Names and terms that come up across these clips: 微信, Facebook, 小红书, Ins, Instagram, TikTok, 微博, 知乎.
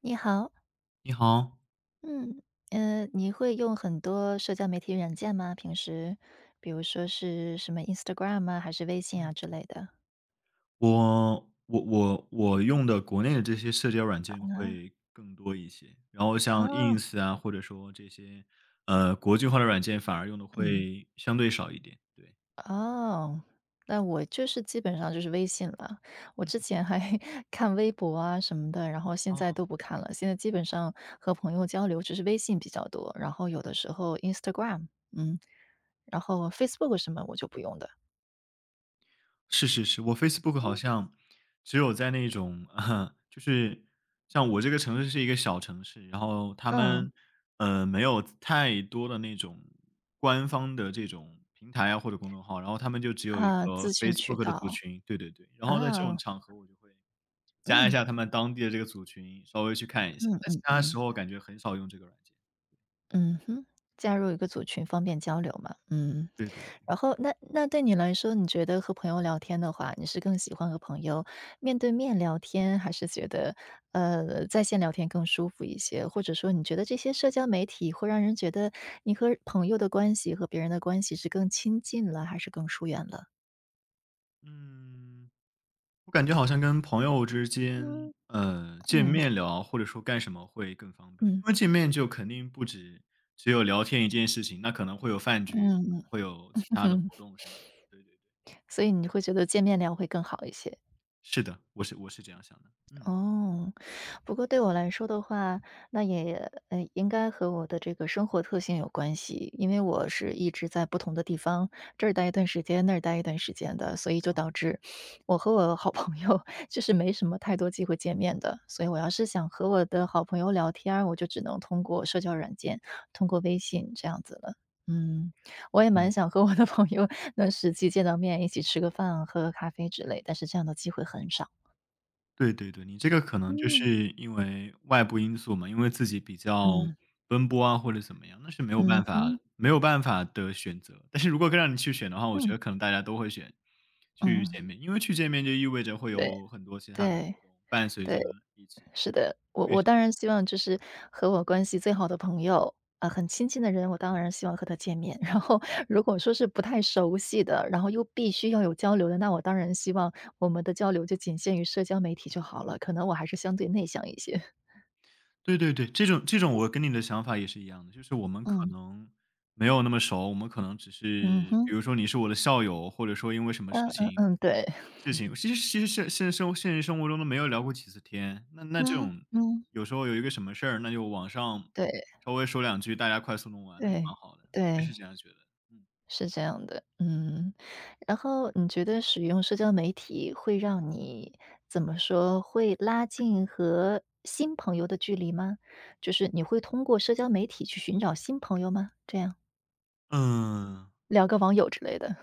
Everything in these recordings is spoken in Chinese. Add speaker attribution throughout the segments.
Speaker 1: 你好，
Speaker 2: 你好，
Speaker 1: 嗯，你会用很多社交媒体软件吗？平时，比如说是什么 Instagram 啊，还是微信
Speaker 2: 嗯。
Speaker 1: 啊之类的？
Speaker 2: 我我用的国内的这些社交软件会更多一些，然后像
Speaker 1: 哦，
Speaker 2: Ins 啊，或者说这些，国际化的软件反而用的
Speaker 1: 嗯，
Speaker 2: 会相对少一点，对。
Speaker 1: 哦，那我就是基本上就是微信了。我之前还 看微博啊什么的，然后现在都不看了。现在基本上和朋友交流只是微信比较多，然后有的时候 Instagram，嗯，然后 Facebook 什么我就不用的。
Speaker 2: 是是是，我 Facebook 好
Speaker 1: 嗯
Speaker 2: 像只有在那种，就是像我这个城市是一个小城市，然后他
Speaker 1: 嗯
Speaker 2: 们没有太多的那种官方的这种平台啊或者公众号，然后他们就只有一
Speaker 1: 啊，
Speaker 2: 个
Speaker 1: 资讯渠
Speaker 2: Facebook 的组
Speaker 1: 道
Speaker 2: 群，对对对，然后在这种
Speaker 1: 啊，
Speaker 2: 场合我就会加一
Speaker 1: 嗯。
Speaker 2: 下他们当地的这个组群，稍微去看一下，
Speaker 1: 嗯
Speaker 2: 但其
Speaker 1: 嗯
Speaker 2: 他
Speaker 1: 嗯，
Speaker 2: 时候感觉很少用这个软件，
Speaker 1: 嗯哼，加入一个组群方便交流嘛，嗯。
Speaker 2: 对对，
Speaker 1: 然后那对你来说，你觉得和朋友聊天的话，你是更喜欢和朋友面对面聊天，还是觉得，在线聊天更舒服一些？或者说你觉得这些社交媒体会让人觉得你和朋友的关系和别人的关系是更亲近了，还是更疏远了？
Speaker 2: 嗯。我感觉好像跟朋友之
Speaker 1: 嗯
Speaker 2: 间，见
Speaker 1: 嗯
Speaker 2: 面聊或者说干什么会更方便，因
Speaker 1: 嗯
Speaker 2: 为见面就肯定不止只有聊天一件事情，那可能会有饭局，
Speaker 1: 嗯
Speaker 2: 会有其他的
Speaker 1: 嗯，
Speaker 2: 活动什么的。对对对，
Speaker 1: 所以你会觉得见面聊会更好一些？
Speaker 2: 是的，我是这样想的。嗯
Speaker 1: 哦，不过对我来说的话，那也应该和我的这个生活特性有关系。因为我是一直在不同的地方，这儿待一段时间，那儿待一段时间的，所以就导致我和我好朋友 就是没什么太多机会见面的。所以我要是想和我的好朋友聊天儿我就只能通过社交软件，通过微信这样子了。嗯，我也蛮
Speaker 2: 嗯。
Speaker 1: 想和我的朋友能实际见到面，一起吃个饭、喝个咖啡之类，但是这样的机会很少。
Speaker 2: 对对对，你这个可能就
Speaker 1: 嗯。
Speaker 2: 是因为外部因素嘛，因为自己比较
Speaker 1: 嗯。
Speaker 2: 奔波啊，或者怎么样，那是没有
Speaker 1: 嗯
Speaker 2: 办法
Speaker 1: 哼，
Speaker 2: 没有办法的选择。但是如果更让你去选的话，我觉
Speaker 1: 嗯，
Speaker 2: 得可能大家都会选去
Speaker 1: 嗯。
Speaker 2: 见面，因为去见面就意味着会
Speaker 1: 对，
Speaker 2: 有很多其他的
Speaker 1: 对，
Speaker 2: 活动伴随着
Speaker 1: 对，
Speaker 2: 一起，
Speaker 1: 是
Speaker 2: 对，
Speaker 1: 的。我
Speaker 2: 我也
Speaker 1: 我
Speaker 2: 是
Speaker 1: 当然希望就是和我关系最好的朋友，啊，很亲近的人，我当然希望和他见面。然后如果说是不太熟悉的，然后又必须要有交流的，那我当然希望我们的交流就仅限于社交媒体就好了，可能我还是相对内向一些。
Speaker 2: 对对对，这种我跟你的想法也是一样的，就是我们可
Speaker 1: 嗯，
Speaker 2: 能没有那么熟，我们可能只
Speaker 1: 嗯
Speaker 2: 是
Speaker 1: 哼。
Speaker 2: 比如说你是我的校友，或者说因为什么事
Speaker 1: 嗯嗯
Speaker 2: 情
Speaker 1: 嗯，对。
Speaker 2: 事情，其实现实生活中都没有聊过几次天。那这
Speaker 1: 嗯，
Speaker 2: 种
Speaker 1: 嗯。
Speaker 2: 有时候有一个什么事儿，那就网上
Speaker 1: 对，
Speaker 2: 稍微说两句，大家快速弄完，那就蛮
Speaker 1: 对，
Speaker 2: 好的，我也是
Speaker 1: 对。
Speaker 2: 这样觉得，嗯。
Speaker 1: 是这样的，嗯，然后你觉得使用社交媒体会让你怎么说，会拉近和新朋友的距离吗？就是你会通过社交媒体去寻找新朋友吗？这样，
Speaker 2: 嗯。
Speaker 1: 聊个网友之类的，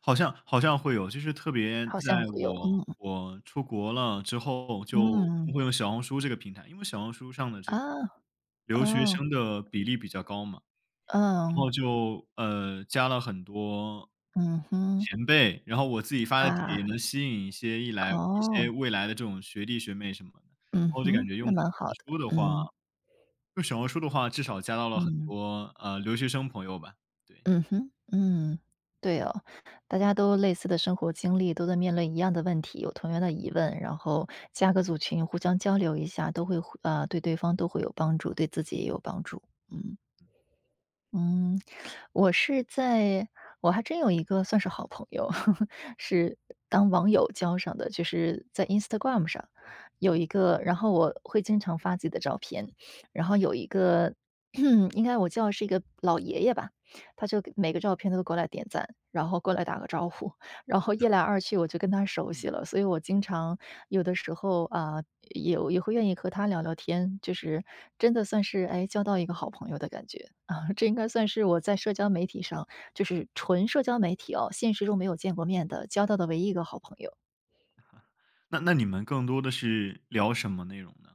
Speaker 2: 好像会有，就是特别
Speaker 1: 好像
Speaker 2: 在
Speaker 1: 会有，
Speaker 2: 我
Speaker 1: 嗯
Speaker 2: 我出国了之后，就更
Speaker 1: 嗯，
Speaker 2: 会用小红书这个平台，因为小红书上的这个
Speaker 1: 啊，
Speaker 2: 留学
Speaker 1: 哦，
Speaker 2: 生的比例比较高嘛，然
Speaker 1: 嗯，
Speaker 2: 后就加了很多
Speaker 1: 嗯哼，
Speaker 2: 前辈，然后我自己发的
Speaker 1: 啊，
Speaker 2: 帖也能吸引一
Speaker 1: 哦，
Speaker 2: 些未来的这种学弟学妹什么的，然
Speaker 1: 嗯
Speaker 2: 后就感
Speaker 1: 哼，
Speaker 2: 觉
Speaker 1: 那蛮好的，嗯
Speaker 2: 用小红书的话至少加到了很
Speaker 1: 嗯。
Speaker 2: 多留学生朋友吧，对，
Speaker 1: 嗯哼，嗯，对哦，大家都类似的生活经历，都在面临一样的问题，有同样的疑问，然后加个组群，互相交流一下，都会啊，对对方都会有帮助，对自己也有帮助。嗯。嗯，我是在我还真有一个算是好朋友，是当网友交上的，就是在 Instagram 上
Speaker 2: 嗯。
Speaker 1: 有
Speaker 2: 嗯
Speaker 1: 一个，然后我会经常发自己的照片，然后有一个 应该我叫是一个老爷爷吧，他就给每个照片他都过来点赞，然后过来打个招呼，然后一来二去我就跟他熟
Speaker 2: 嗯。
Speaker 1: 悉了，所以我经常有的时候啊，也会愿意和他聊聊天，就是真的算是哎交到一个好朋友的感觉啊。这应该算是我在社交媒体上，就是纯社交媒体哦，现实中没有见过面的，交到的唯一一个好朋友。
Speaker 2: 那你们更多的是聊什么内容呢？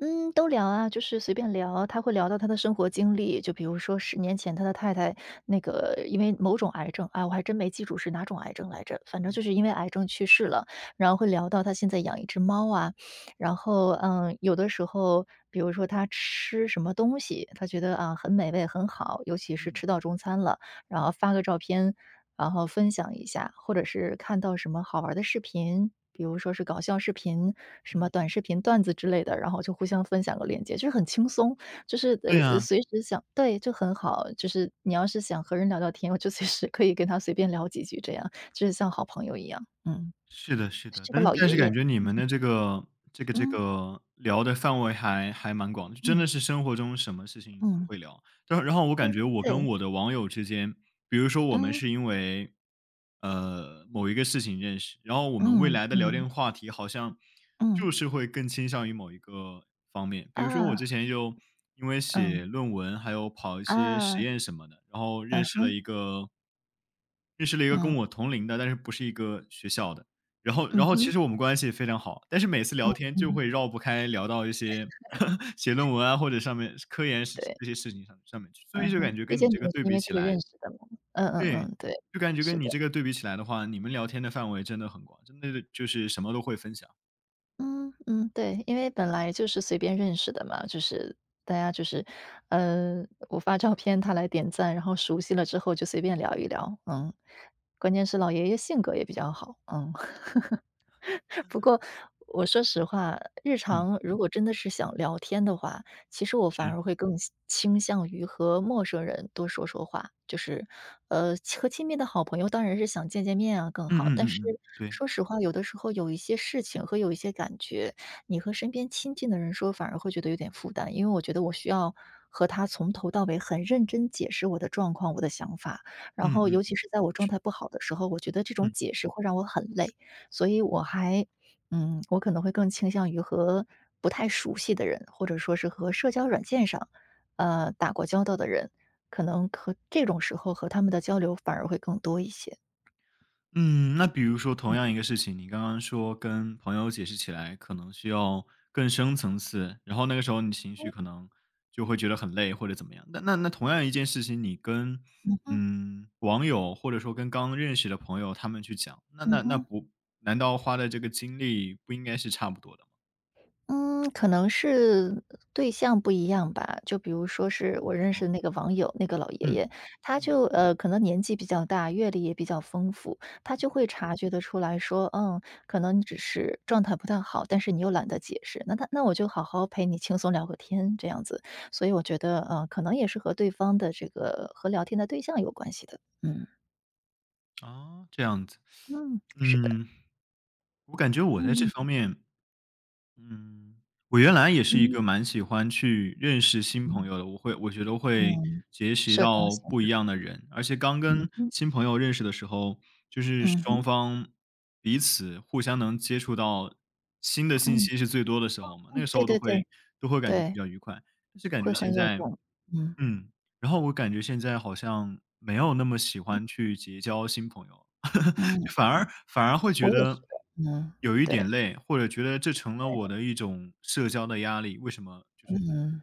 Speaker 1: 嗯，都聊啊，就是随便聊啊，他会聊到他的生活经历，就比如说10年前他的太太那个因为某种癌症，啊，我还真没记住是哪种癌症来着，反正就是
Speaker 2: 嗯
Speaker 1: 因为癌症去世了，然后会聊到他现在养一只猫啊，然后嗯，有的时候比如说他吃什么东西，他觉得啊很美味很好，尤其是
Speaker 2: 嗯
Speaker 1: 吃到中餐了，然后
Speaker 2: 嗯
Speaker 1: 发个照片，然后分享一下，或者是看到什么好玩的视频，比如说是搞笑视频、什么
Speaker 2: 嗯，
Speaker 1: 短视频段子之类的，然后就互相分享个链接，就是很轻松，就是
Speaker 2: 对呀。
Speaker 1: 随时想对，就很好。就是你要是想和人聊聊天，我就随时可以跟他随便聊几句，这样就是像好朋友一样。嗯，
Speaker 2: 是的，是的，
Speaker 1: 是个
Speaker 2: 但是
Speaker 1: 老
Speaker 2: 但
Speaker 1: 爷
Speaker 2: 是
Speaker 1: 爷。
Speaker 2: 感觉你们的这个
Speaker 1: 嗯
Speaker 2: 聊的范围还蛮广的，真
Speaker 1: 嗯
Speaker 2: 的是生活中什么事情不
Speaker 1: 嗯
Speaker 2: 会聊。然后我感
Speaker 1: 嗯，
Speaker 2: 觉我跟
Speaker 1: 对，
Speaker 2: 我的网友之间，比如说我们
Speaker 1: 嗯
Speaker 2: 是因为某一个事情认识，然后我们未
Speaker 1: 嗯
Speaker 2: 来的聊
Speaker 1: 嗯
Speaker 2: 天话题好像
Speaker 1: 嗯
Speaker 2: 就是会更倾向于某一个方面。比如说我之
Speaker 1: 啊，
Speaker 2: 前就因为
Speaker 1: 嗯
Speaker 2: 写论文，还有跑一些实
Speaker 1: 啊，
Speaker 2: 验什么的，然后
Speaker 1: 嗯哼，
Speaker 2: 认识了一个跟
Speaker 1: 嗯
Speaker 2: 我同龄的，但是不是一个学校的。然后
Speaker 1: 嗯
Speaker 2: 然后其
Speaker 1: 哼，
Speaker 2: 实我们关系非常好，但是每次聊天就
Speaker 1: 嗯，
Speaker 2: 会绕不开聊到一些 写论文啊，或者上面科研是
Speaker 1: 对。
Speaker 2: 这些事情上面去，所
Speaker 1: 嗯
Speaker 2: 以就感
Speaker 1: 哼，
Speaker 2: 觉
Speaker 1: 毕
Speaker 2: 跟
Speaker 1: 竟
Speaker 2: 你这
Speaker 1: 你
Speaker 2: 个
Speaker 1: 们是
Speaker 2: 对
Speaker 1: 因
Speaker 2: 比
Speaker 1: 为这
Speaker 2: 起
Speaker 1: 个
Speaker 2: 来，
Speaker 1: 认识的嘛。嗯嗯
Speaker 2: 对，
Speaker 1: 嗯，对，
Speaker 2: 就感觉
Speaker 1: 是
Speaker 2: 跟你
Speaker 1: 的。
Speaker 2: 这个对比起来的话，你们聊天的范围真的很广，真的就是什么都会分享。
Speaker 1: 嗯嗯，对，因为本来就是随便认识的嘛，就是大家就是，我发照片，他来点赞，然后熟悉了之后就随便聊一聊，嗯。关键是老爷爷性格也比较好，嗯。不过我说实话，日
Speaker 2: 嗯，
Speaker 1: 常如果真的是想聊天的话，其实我反
Speaker 2: 是，
Speaker 1: 而会更倾向于和陌生人多说说话。就是，呃，和亲密的好朋友当然是想见见面啊更
Speaker 2: 嗯
Speaker 1: 好，
Speaker 2: 嗯
Speaker 1: 但是
Speaker 2: 嗯嗯，对，
Speaker 1: 说实话，有的时候有一些事情和有一些感觉，你和身边亲近的人说，反而会觉得有点负担。因为我觉得我需要和他从头到尾很认真解释我的状况、我的想法，然
Speaker 2: 嗯
Speaker 1: 后尤
Speaker 2: 嗯
Speaker 1: 其
Speaker 2: 嗯
Speaker 1: 是在我状态不好的时候，我觉得这种
Speaker 2: 嗯。
Speaker 1: 解释会让我很累。所以我还嗯，我可能会更倾向于和不太熟悉的人，或者说是和社交软件上，打过交道的人，可能和这种时候和他们的交流反而会更多一些。
Speaker 2: 嗯，那比如说同
Speaker 1: 嗯
Speaker 2: 样一个事情，你刚刚说跟朋友解释起来，可能需要更深层次，然后那个时候你情绪
Speaker 1: 哼，
Speaker 2: 可能就会觉得很累或者怎么样。那同样一件事情，你跟
Speaker 1: 嗯哼，
Speaker 2: 网友或者说跟刚认识的朋友他们去讲，那
Speaker 1: 嗯
Speaker 2: 那那
Speaker 1: 哼。
Speaker 2: 不难道花的这个精力不应该是差不多的吗？
Speaker 1: 嗯，可能是对象不一样吧。就比如说是我
Speaker 2: 你
Speaker 1: 认识
Speaker 2: 说，
Speaker 1: 的那个网友，那个老爷
Speaker 2: 嗯
Speaker 1: 爷，他
Speaker 2: 嗯
Speaker 1: 就可能年纪比较大，阅历也比较丰富，他就会察觉得出来说，嗯，可能你只是状态不太好，但是你又懒得解释，那他那我就好好陪你轻松聊个天这样子。所以我觉得，可能也是和对方的这个和聊天的对象有关系的。嗯
Speaker 2: 啊，这样子，
Speaker 1: 嗯，是的，
Speaker 2: 嗯，我感觉我在
Speaker 1: 嗯
Speaker 2: 这方
Speaker 1: 嗯
Speaker 2: 面嗯，我原来也是一
Speaker 1: 嗯。
Speaker 2: 个蛮喜欢去认识新朋
Speaker 1: 嗯
Speaker 2: 友的，我觉得会
Speaker 1: 嗯
Speaker 2: 结识
Speaker 1: 社交
Speaker 2: 到
Speaker 1: 型
Speaker 2: 不
Speaker 1: 的，
Speaker 2: 一样的人，而且刚
Speaker 1: 嗯
Speaker 2: 跟
Speaker 1: 哼
Speaker 2: 新朋友认识的时候，就是
Speaker 1: 嗯
Speaker 2: 双
Speaker 1: 哼
Speaker 2: 方彼此互相能接触到新的信息
Speaker 1: 嗯。
Speaker 2: 是最多的时候嘛，那
Speaker 1: 嗯
Speaker 2: 个时
Speaker 1: 对
Speaker 2: 候
Speaker 1: 对对，
Speaker 2: 都会感觉比
Speaker 1: 对，
Speaker 2: 较愉快。但是感
Speaker 1: 会
Speaker 2: 觉现
Speaker 1: 很有
Speaker 2: 在，
Speaker 1: 用。嗯。
Speaker 2: 嗯，然后我感觉现在好像没有那么喜
Speaker 1: 嗯，
Speaker 2: 欢去结交新朋友了。
Speaker 1: 嗯
Speaker 2: 反而会觉
Speaker 1: 我也是
Speaker 2: 得
Speaker 1: 的。嗯，
Speaker 2: 有一点
Speaker 1: 对。
Speaker 2: 累，或者觉得这成了我的一种社交的压力。为什么？就是
Speaker 1: 嗯，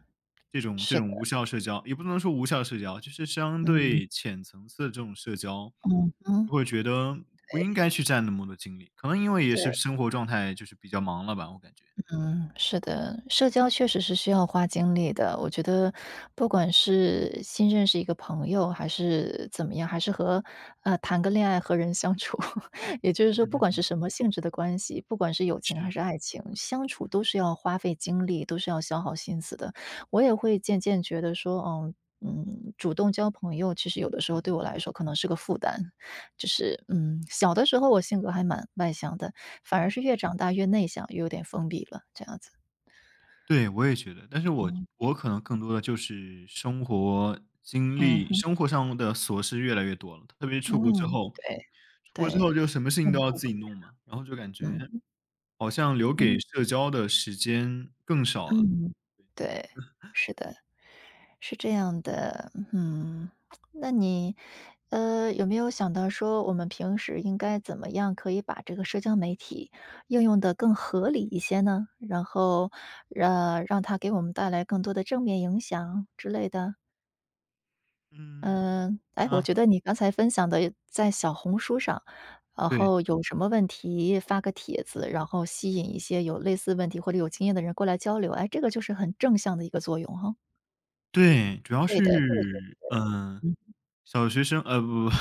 Speaker 2: 这种这
Speaker 1: 是的，
Speaker 2: 种无效社交，也不能说无效社交，就是相
Speaker 1: 嗯，
Speaker 2: 对浅层次的这种社交，
Speaker 1: 嗯嗯，
Speaker 2: 就会觉得不应
Speaker 1: 对，
Speaker 2: 该去占那么多精力。可能因为也
Speaker 1: 对。
Speaker 2: 是生活状态就是比较忙了吧，我感觉。
Speaker 1: 嗯，是的，社交确实是需要花精力的。我觉得不管是新认识一个朋友，还是怎么样，还是和谈个恋爱和人相处，也就是说，
Speaker 2: 嗯
Speaker 1: 不
Speaker 2: 嗯
Speaker 1: 管是
Speaker 2: 嗯，
Speaker 1: 什么性质的关系，不管是友情还
Speaker 2: 是。
Speaker 1: 是爱情，相处都是要花费精力，都是要消耗心思的。我也会渐渐觉得说，嗯。嗯，主动交朋友，其实有的时候对我来说可能是个负担，就是嗯，小的时候我性格还蛮外向的，反而
Speaker 2: 嗯。
Speaker 1: 是越长大越内向，越有点封闭了，这样子。
Speaker 2: 对，我也觉得，但是我可能更多的就是生活经
Speaker 1: 嗯
Speaker 2: 历，
Speaker 1: 哼
Speaker 2: 生活上的琐事越来越多了，特别是出国之
Speaker 1: 嗯，
Speaker 2: 后，
Speaker 1: 对
Speaker 2: 出国之
Speaker 1: 对，
Speaker 2: 后就什么事情都
Speaker 1: 嗯，
Speaker 2: 要
Speaker 1: 顾
Speaker 2: 自
Speaker 1: 不
Speaker 2: 己弄嘛，然后就感觉
Speaker 1: 嗯，
Speaker 2: 好像留给
Speaker 1: 嗯
Speaker 2: 社交的时间更少了。
Speaker 1: 嗯对，是的，是这样的。嗯，那你，有没有想到说我们平时应该怎么样可以把这个社交媒体应用的更合理一些呢？然后，让它给我们带来更多的正面影响之类的？
Speaker 2: 嗯，
Speaker 1: 嗯，哎，
Speaker 2: 啊，
Speaker 1: 我觉得你刚才分享的在小红书上，然
Speaker 2: 对
Speaker 1: 后有什么问题发个帖子，然后吸引一些有类似问题或者有经验的人过来交流，哎，这个就是很正向的一个作用哈。
Speaker 2: 对，主要
Speaker 1: 对的，这个就
Speaker 2: 是，
Speaker 1: 嗯，
Speaker 2: 小学生，不不，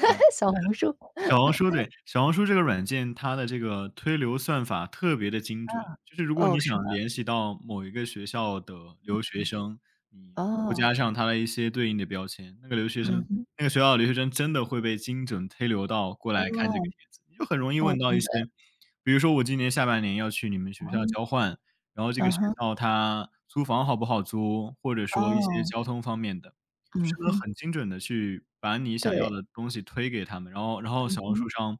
Speaker 1: 小红书，
Speaker 2: 小红书对，小红书这个软件，它的这个推流算法特别的精准。就是如果
Speaker 1: 哦，
Speaker 2: 你
Speaker 1: 是吗？
Speaker 2: 想联系到某一个学校的留学生，你不
Speaker 1: 哦，
Speaker 2: 加上他的一些对应的标签，那个留学生
Speaker 1: 嗯哼，
Speaker 2: 那个学校的留学生真的会被精准推流到过来看这个
Speaker 1: 哦，
Speaker 2: 帖子。你就很容易
Speaker 1: 哦，
Speaker 2: 问到一
Speaker 1: 真的，
Speaker 2: 些，比如说我今年下半年要去你们
Speaker 1: 嗯
Speaker 2: 学校
Speaker 1: 哼
Speaker 2: 交换，然后这个
Speaker 1: 嗯
Speaker 2: 学
Speaker 1: 哼，
Speaker 2: 校它租房好不好租，或者说一些
Speaker 1: 哦，
Speaker 2: 交通方面的。就
Speaker 1: 嗯
Speaker 2: 是能
Speaker 1: 哼，
Speaker 2: 很精准的去把你想
Speaker 1: 对，
Speaker 2: 要的东西推给他们，然后小红
Speaker 1: 嗯
Speaker 2: 书上，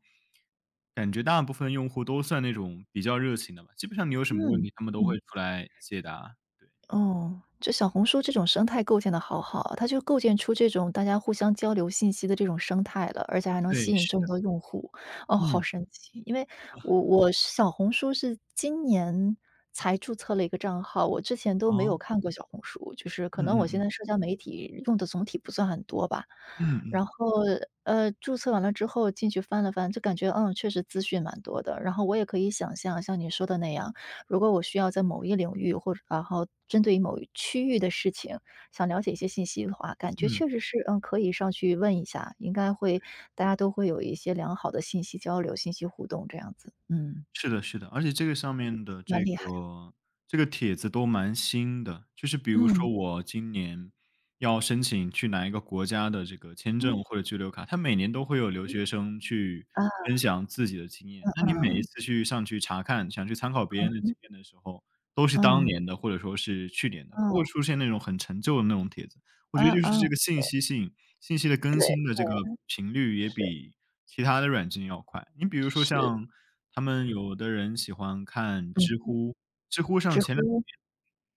Speaker 2: 感觉大部分用户都算那种比较热情的吧，基本上你有什么问
Speaker 1: 嗯
Speaker 2: 题，他们都会
Speaker 1: 嗯。
Speaker 2: 出来解答，对，
Speaker 1: 哦，这小红书这种生态构建的好好啊，它就构建出这种大家互相交流信息的这种生态了，而且还能
Speaker 2: 对，
Speaker 1: 吸引
Speaker 2: 是
Speaker 1: 这么
Speaker 2: 的，
Speaker 1: 多用户，哦，好
Speaker 2: 嗯，
Speaker 1: 神奇！因为我是小红书是今年才注册了一个账号，我之前都没有
Speaker 2: 哦，
Speaker 1: 看过小红书，就是可
Speaker 2: 嗯
Speaker 1: 能我
Speaker 2: 嗯
Speaker 1: 现
Speaker 2: 嗯，
Speaker 1: 在社交媒体用的总体不算很多吧。
Speaker 2: 嗯嗯，
Speaker 1: 然后，注册完了之后进去翻了翻，就感觉嗯，确实资讯蛮多的。然后我也可以想象像你说的那样，如果我需要在某一领域或者然后针对于某一区域的事情，想了解一些信息的话，感觉
Speaker 2: 嗯。
Speaker 1: 确实是，嗯，可以上去问一下，应该会大家都会有一些良好的信息交流、信息互动这样子。嗯，
Speaker 2: 是的，是的，而且这个上面的
Speaker 1: 蛮厉害。
Speaker 2: 帖子都蛮新的，就是比如
Speaker 1: 嗯，
Speaker 2: 说我今年要申请去哪一个国家的这个签
Speaker 1: 嗯，
Speaker 2: 证或者居留卡，他每年都会有留学生去
Speaker 1: 啊，
Speaker 2: 分享自己的经验。那你每一
Speaker 1: 嗯，
Speaker 2: 次去上去查看，想去参考别人的经
Speaker 1: 嗯，
Speaker 2: 验的时候，都是当
Speaker 1: 嗯，
Speaker 2: 年的或者说是去年的，不
Speaker 1: 嗯，
Speaker 2: 会出现那种很陈旧的那种帖子。我觉得
Speaker 1: 嗯，
Speaker 2: 就是
Speaker 1: 嗯，
Speaker 2: 这个信息的更
Speaker 1: 对，对，
Speaker 2: 新的这个频率也
Speaker 1: 是，
Speaker 2: 比其他的软件要快。你比如说
Speaker 1: 是，
Speaker 2: 像他们有的人喜欢看知
Speaker 1: 嗯，
Speaker 2: 乎，知乎上
Speaker 1: 知
Speaker 2: 前两年
Speaker 1: 乎，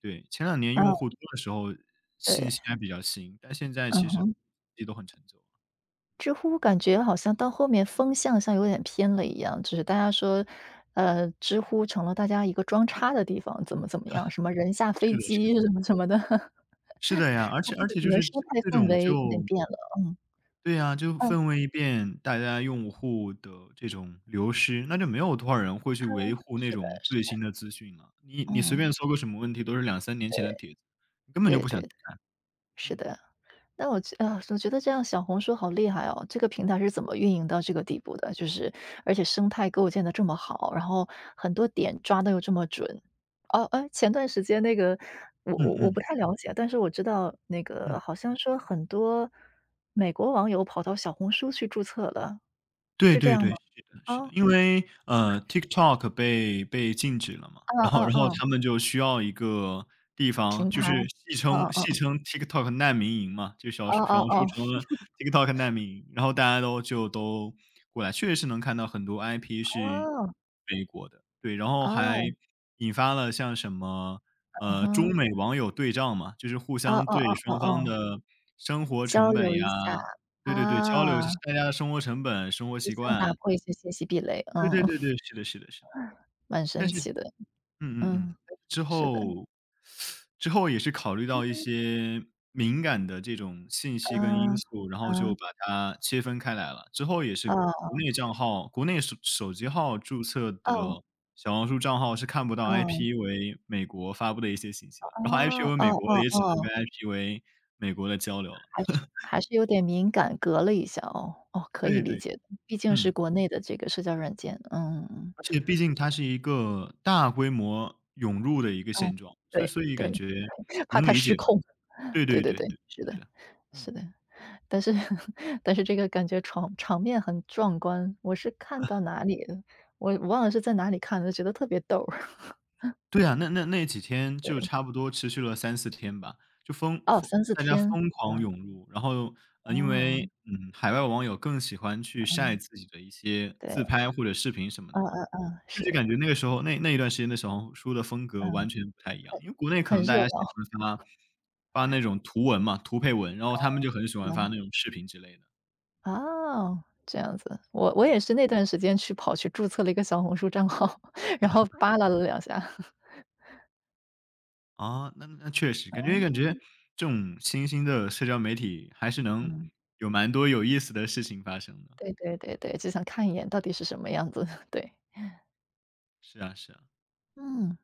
Speaker 2: 对，前两年用
Speaker 1: 嗯，
Speaker 2: 户多的时候，信
Speaker 1: 对，
Speaker 2: 息还比较新，但现在
Speaker 1: 嗯
Speaker 2: 其实信
Speaker 1: 哼。
Speaker 2: 息都很陈旧了。
Speaker 1: 知乎感觉好像到后面风向像有点偏了一样，就是大家说，知乎成了大家一个装叉的地方，怎么怎么样，什么人下
Speaker 2: 是
Speaker 1: 飞
Speaker 2: 的是
Speaker 1: 机
Speaker 2: 的，
Speaker 1: 什么什么的，
Speaker 2: 是的呀，而
Speaker 1: 它
Speaker 2: 且
Speaker 1: 这
Speaker 2: 而
Speaker 1: 个
Speaker 2: 且
Speaker 1: 可
Speaker 2: 就
Speaker 1: 能
Speaker 2: 是
Speaker 1: 生态
Speaker 2: 这
Speaker 1: 氛
Speaker 2: 种就
Speaker 1: 围有点变了，嗯，
Speaker 2: 对呀，就
Speaker 1: 嗯，
Speaker 2: 氛围一变，大家用户的这种流失，那就没有多少人会去维护那
Speaker 1: 是的
Speaker 2: 种
Speaker 1: 是
Speaker 2: 最新
Speaker 1: 的，
Speaker 2: 的资讯了。你随
Speaker 1: 嗯，
Speaker 2: 便搜个什么问题，都是两三年前的
Speaker 1: 对，
Speaker 2: 帖子，你根本就
Speaker 1: 对
Speaker 2: 不想
Speaker 1: 对
Speaker 2: 去
Speaker 1: 对，
Speaker 2: 看。
Speaker 1: 是
Speaker 2: 嗯，
Speaker 1: 的。那我觉啊，我觉得这样小红书好厉害哦！这个平台是怎么运营到这个地步的？就是而且生态构建的这么好，然后很多点抓的又这么准。哦，哎，前段时间那个我
Speaker 2: 嗯
Speaker 1: 我我
Speaker 2: 嗯
Speaker 1: 不太了解，但是我知道那个
Speaker 2: 嗯。
Speaker 1: 好像说很多美国网友跑到小红书去注册了，
Speaker 2: 对
Speaker 1: 是这
Speaker 2: 对
Speaker 1: 样
Speaker 2: 对，
Speaker 1: 吗？
Speaker 2: 是的，是的，
Speaker 1: 哦，
Speaker 2: 因为TikTok 被禁止了嘛，
Speaker 1: 啊
Speaker 2: 然
Speaker 1: 啊
Speaker 2: 后
Speaker 1: 啊
Speaker 2: 然后
Speaker 1: 啊！
Speaker 2: 他们就需要一个地方，
Speaker 1: 平台，
Speaker 2: 就是
Speaker 1: 哦
Speaker 2: 戏
Speaker 1: 哦
Speaker 2: 称 TikTok 难民营嘛，就
Speaker 1: 哦，
Speaker 2: 小
Speaker 1: 哦
Speaker 2: 红
Speaker 1: 哦
Speaker 2: 书
Speaker 1: 哦，
Speaker 2: 成了 TikTok 难民营，然后大家都过来，确实是能看到很多 IP 是美国的，对，然后
Speaker 1: 哦，
Speaker 2: 还
Speaker 1: 哦，
Speaker 2: 引发了像什么
Speaker 1: 嗯哼，
Speaker 2: 中美网友对账嘛，就是互
Speaker 1: 哦
Speaker 2: 相
Speaker 1: 哦
Speaker 2: 对
Speaker 1: 哦哦
Speaker 2: 双方
Speaker 1: 哦，
Speaker 2: 的生活
Speaker 1: 交
Speaker 2: 成本
Speaker 1: 流一
Speaker 2: 呀
Speaker 1: 下，
Speaker 2: 对对对，交流就是
Speaker 1: 啊。
Speaker 2: 大家的生活成本、生活
Speaker 1: 我
Speaker 2: 习
Speaker 1: 想打
Speaker 2: 惯。
Speaker 1: 破一些信息壁垒，
Speaker 2: 对
Speaker 1: 嗯，
Speaker 2: 对对 对，是的是的是的。
Speaker 1: 蛮
Speaker 2: 但
Speaker 1: 神
Speaker 2: 是
Speaker 1: 奇的，
Speaker 2: 嗯嗯嗯，
Speaker 1: 嗯，
Speaker 2: 之
Speaker 1: 是的，
Speaker 2: 后之后也是考虑到一些敏感的这种信息跟因
Speaker 1: 嗯，
Speaker 2: 素，然后就
Speaker 1: 嗯，
Speaker 2: 把它切分开来了。之后也是国
Speaker 1: 哦，
Speaker 2: 内账号国内手机号注册
Speaker 1: 哦，
Speaker 2: 的小红书账号是看不到
Speaker 1: 哦，
Speaker 2: IP 为美国发布的一些信息了，然后 IP
Speaker 1: 哦，
Speaker 2: 为
Speaker 1: 哦
Speaker 2: 美国
Speaker 1: 哦
Speaker 2: 也只能
Speaker 1: 哦，
Speaker 2: 跟 IP 为美国的交流
Speaker 1: 还
Speaker 2: 了。
Speaker 1: 是还是有点敏感，隔了一下哦，哦，可以
Speaker 2: 对
Speaker 1: 理
Speaker 2: 对，
Speaker 1: 解的，毕竟是
Speaker 2: 嗯。
Speaker 1: 国内的这个社交软件，嗯嗯
Speaker 2: 而且毕竟它是一个大规模涌入的一个
Speaker 1: 嗯，
Speaker 2: 现状，所以
Speaker 1: 对
Speaker 2: 所以感
Speaker 1: 对，
Speaker 2: 觉
Speaker 1: 怕
Speaker 2: 能
Speaker 1: 它
Speaker 2: 理
Speaker 1: 失
Speaker 2: 解吧。
Speaker 1: 控，
Speaker 2: 对
Speaker 1: 对
Speaker 2: 对
Speaker 1: 对
Speaker 2: 对
Speaker 1: 对，
Speaker 2: 对，
Speaker 1: 是的，
Speaker 2: 是的。嗯，
Speaker 1: 是的，但是 但是这个感觉场面很壮观，我是看到哪里，我忘了是在哪里看的，觉得特别逗儿，
Speaker 2: 对啊，那几天 就
Speaker 1: 对。
Speaker 2: 差不多持续了三四天吧，就
Speaker 1: 哦三四
Speaker 2: 大家
Speaker 1: 天，
Speaker 2: 疯狂涌入，然后，因
Speaker 1: 哦，
Speaker 2: 为，海外网友更喜欢去晒
Speaker 1: 嗯，
Speaker 2: 自己的一些
Speaker 1: 对，
Speaker 2: 自拍或者视频什么的
Speaker 1: 嗯
Speaker 2: 嘛，
Speaker 1: 嗯嗯，
Speaker 2: 就是
Speaker 1: 是，
Speaker 2: 感觉那个时候那一段时间的小红书的风格完
Speaker 1: 嗯，
Speaker 2: 全不太一样，
Speaker 1: 很
Speaker 2: 因为国内可
Speaker 1: 很
Speaker 2: 能大
Speaker 1: 热
Speaker 2: 家喜
Speaker 1: 闹，
Speaker 2: 欢发发那种图文嘛，图配文，然后他们就很喜欢发
Speaker 1: 嗯，
Speaker 2: 那种视频之类的。
Speaker 1: 哦，这样子。我
Speaker 2: 嗯，
Speaker 1: 也是那段时间去跑去注册了一个小红书账号，然后扒拉了两下。
Speaker 2: 啊，那确实，
Speaker 1: 哦
Speaker 2: 感觉
Speaker 1: 嗯
Speaker 2: 这种新兴的社交媒体还是能
Speaker 1: 嗯。
Speaker 2: 有蛮多有意思的事情发生的。
Speaker 1: 对对对对，就想看一眼到底是什么样子，对，
Speaker 2: 是啊是啊。
Speaker 1: 嗯。